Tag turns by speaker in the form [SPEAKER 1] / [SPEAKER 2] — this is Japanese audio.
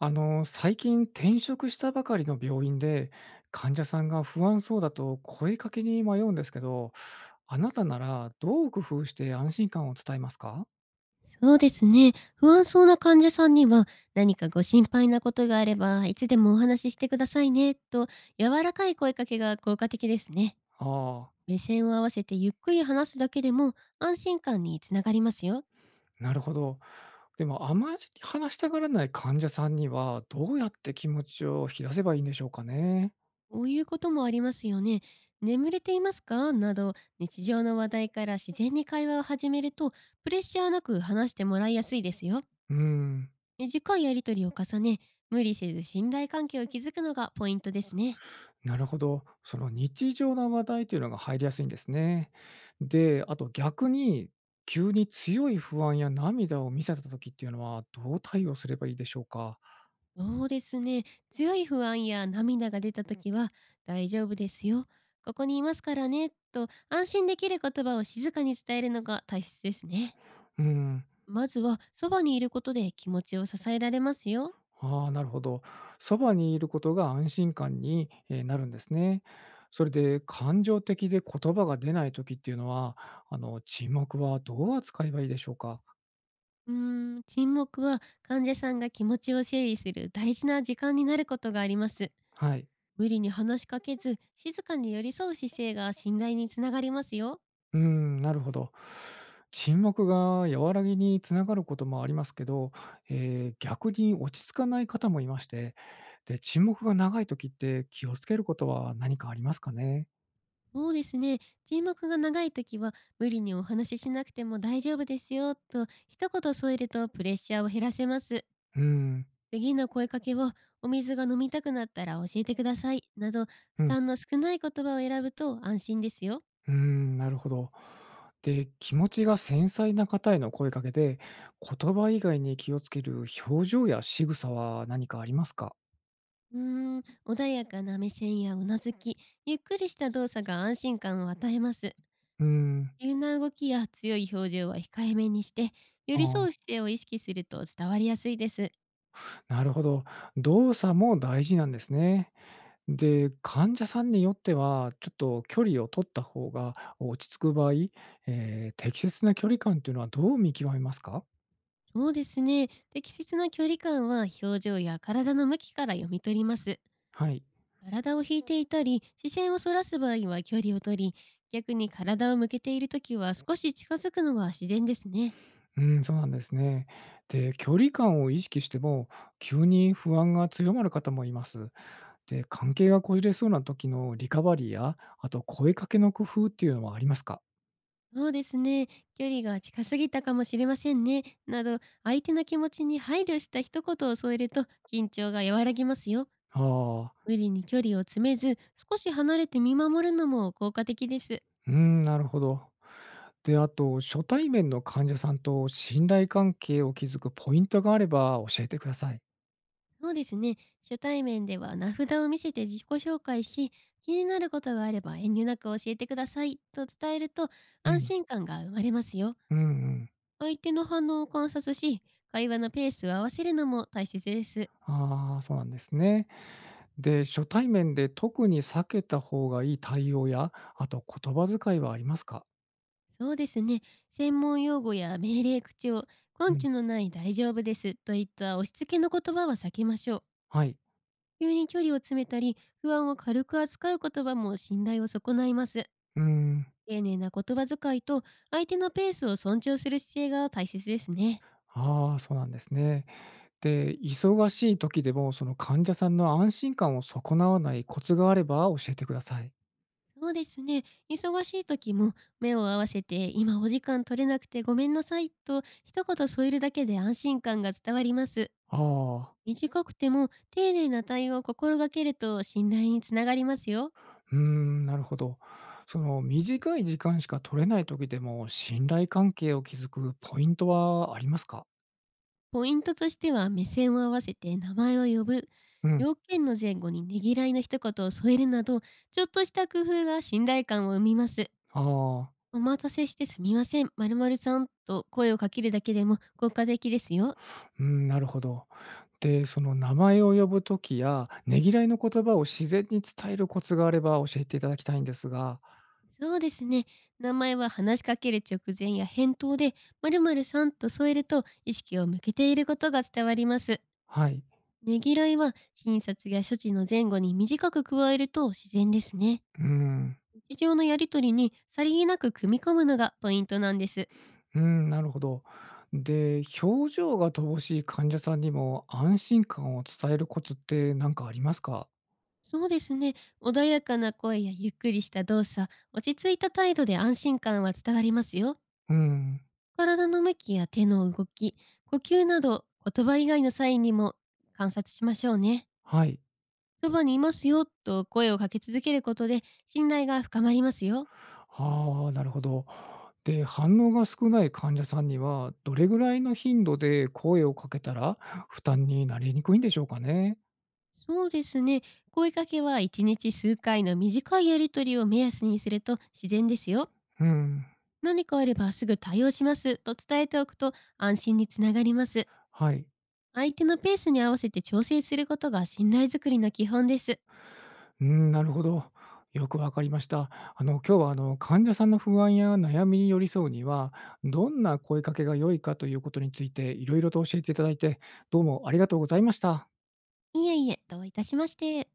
[SPEAKER 1] 最近転職したばかりの病院で、患者さんが不安そうだと声かけに迷うんですけど、あなたならどう工夫して安心感を伝えますか。
[SPEAKER 2] そうですね。不安そうな患者さんには、何かご心配なことがあれば、いつでもお話ししてくださいね、と柔らかい声かけが効果的ですね。
[SPEAKER 1] ああ、
[SPEAKER 2] 目線を合わせてゆっくり話すだけでも安心感につながりますよ。
[SPEAKER 1] なるほど。でも、あまり話したがらない患者さんには、どうやって気持ちを引き出せばいいんでしょうかね。
[SPEAKER 2] こういうこともありますよね。眠れていますかなど、日常の話題から自然に会話を始めると、プレッシャーなく話してもらいやすいですよ。
[SPEAKER 1] うん。
[SPEAKER 2] 短いやりとりを重ね、無理せず信頼関係を築くのがポイントですね。
[SPEAKER 1] なるほど。その日常の話題というのが入りやすいんですね。で、あと逆に、急に強い不安や涙を見せた時っていうのは、どう対応すればいいでしょうか？
[SPEAKER 2] そうですね。強い不安や涙が出た時は、大丈夫ですよ。ここにいますからね、と安心できる言葉を静かに伝えるのが大切ですね。
[SPEAKER 1] うん。
[SPEAKER 2] まずは、そばにいることで気持ちを支えられますよ。
[SPEAKER 1] ああ、なるほど。そばにいることが安心感に、なるんですね。それで感情的で言葉が出ない時っていうのは、沈黙はどう扱えばいいでしょうか？
[SPEAKER 2] うーん、沈黙は患者さんが気持ちを整理する大事な時間になることがあります。
[SPEAKER 1] はい。
[SPEAKER 2] 無理に話しかけず、静かに寄り添う姿勢が信頼につながりますよ。
[SPEAKER 1] うーん、なるほど。沈黙が和らぎにつながることもありますけど、逆に落ち着かない方もいまして、で、沈黙が長い時って気をつけることは何かありますかね。
[SPEAKER 2] そうですね。沈黙が長い時は、無理にお話ししなくても大丈夫ですよ、と一言添えるとプレッシャーを減らせます。
[SPEAKER 1] うん、
[SPEAKER 2] 次の声かけを、お水が飲みたくなったら教えてくださいなど、
[SPEAKER 1] う
[SPEAKER 2] 負
[SPEAKER 1] ん、
[SPEAKER 2] 担の少ない言葉を選ぶと安心ですよ。
[SPEAKER 1] うーん、なるほど。で、気持ちが繊細な方への声かけで、言葉以外に気をつける表情や仕草は何かありますか。
[SPEAKER 2] うーん、穏やかな目線やうなずき、ゆっくりした動作が安心感を与えます。
[SPEAKER 1] うん、
[SPEAKER 2] 急な動きや強い表情は控えめにして、寄
[SPEAKER 1] あ
[SPEAKER 2] り
[SPEAKER 1] ー、
[SPEAKER 2] 添う姿勢を意識すると伝わりやすいです。
[SPEAKER 1] なるほど。動作も大事なんですね。で、患者さんによっては、ちょっと距離を取った方が落ち着く場合、適切な距離感っていうのはどう見極めますか？
[SPEAKER 2] そうですね。適切な距離感は、表情や体の向きから読み取ります。
[SPEAKER 1] はい。
[SPEAKER 2] 体を引いていたり、視線をそらす場合は距離を取り、逆に体を向けているときは少し近づくのが自然ですね。
[SPEAKER 1] うん、そうなんですね。で、距離感を意識しても、急に不安が強まる方もいます。で、関係がこじれそうな時のリカバリーや、あと声かけの工夫っていうのはありますか？
[SPEAKER 2] そうですね。距離が近すぎたかもしれませんね、など、相手の気持ちに配慮した一言を添えると緊張が和らぎますよ。
[SPEAKER 1] ああ、
[SPEAKER 2] 無理に距離を詰めず、少し離れて見守るのも効果的です。
[SPEAKER 1] うん、なるほど。で、あと初対面の患者さんと信頼関係を築くポイントがあれば教えてください。
[SPEAKER 2] そうですね。初対面では名札を見せて自己紹介し、気になることがあれば遠慮なく教えてくださいと伝えると、
[SPEAKER 1] う
[SPEAKER 2] 安
[SPEAKER 1] ん。
[SPEAKER 2] 心感が生まれますよ。
[SPEAKER 1] うんうん。
[SPEAKER 2] 相手の反応を観察し、会話のペースを合わせるのも大切です。
[SPEAKER 1] ああ、そうなんですね。で、初対面で特に避けた方がいい対応や、あと言葉遣いはありますか？
[SPEAKER 2] そうですね。専門用語や命令口を、
[SPEAKER 1] う
[SPEAKER 2] 根拠
[SPEAKER 1] ん、
[SPEAKER 2] のない大丈夫ですといった押し付けの言葉は避けましょう。
[SPEAKER 1] はい。
[SPEAKER 2] 急に距離を詰めたり、不安を軽く扱う言葉も信頼を損ないます。
[SPEAKER 1] うーん。
[SPEAKER 2] 丁寧な言葉遣いと、相手のペースを尊重する姿勢が大切ですね。
[SPEAKER 1] ああ、そうなんですね。で、忙しい時でも、その患者さんの安心感を損なわないコツがあれば教えてください。
[SPEAKER 2] そうですね。忙しい時も、目を合わせて今お時間取れなくてごめんなさいと一言添えるだけで安心感が伝わります。
[SPEAKER 1] ああ、
[SPEAKER 2] 短くても丁寧な対応を心がけると信頼につながりますよ。
[SPEAKER 1] うーん、なるほど。その短い時間しか取れない時でも、信頼関係を築くポイントはありますか？
[SPEAKER 2] ポイントとしては、目線を合わせて名前を呼ぶ。
[SPEAKER 1] うん、
[SPEAKER 2] 要件の前後にねぎらいの一言を添えるなど、ちょっとした工夫が信頼感を生みます。
[SPEAKER 1] ああ、
[SPEAKER 2] お待たせしてすみません、〇〇さん、と声をかけるだけでも効果的ですよ。
[SPEAKER 1] うん、なるほど。で、その名前を呼ぶときや、ねぎらいの言葉を自然に伝えるコツがあれば教えていただきたいんですが。
[SPEAKER 2] そうですね。名前は話しかける直前や返答で、〇〇さんと添えると、意識を向けていることが伝わります。
[SPEAKER 1] はい。
[SPEAKER 2] ねぎらいは診察や処置の前後に短く加えると自然ですね。
[SPEAKER 1] うん。
[SPEAKER 2] 日常のやりとりにさりげなく組み込むのがポイントなんです。
[SPEAKER 1] うん、なるほど。で、表情が乏しい患者さんにも安心感を伝えるコツって何かありますか？
[SPEAKER 2] そうですね。穏やかな声やゆっくりした動作、落ち着いた態度で安心感は伝わりますよ。
[SPEAKER 1] うん、
[SPEAKER 2] 体の向きや手の動き、呼吸など、言葉以外のサインにも観察しましょうね。
[SPEAKER 1] はい。
[SPEAKER 2] そばにいますよと声をかけ続けることで、信頼が深まりますよ。
[SPEAKER 1] ああ、なるほど。で、反応が少ない患者さんには、どれぐらいの頻度で声をかけたら負担になりにくいんでしょうかね？
[SPEAKER 2] そうですね。声かけは1日数回の短いやりとりを目安にすると自然ですよ。
[SPEAKER 1] うん、
[SPEAKER 2] 何かあればすぐ対応しますと伝えておくと、安心につながります。
[SPEAKER 1] はい。
[SPEAKER 2] 相手のペースに合わせて調整することが信頼づくりの基本です。
[SPEAKER 1] うん、なるほど。よくわかりました。今日は患者さんの不安や悩みに寄り添うには、どんな声かけが良いかということについて、いろいろと教えていただいて、どうもありがとうございました。
[SPEAKER 2] いえいえ、どういたしまして。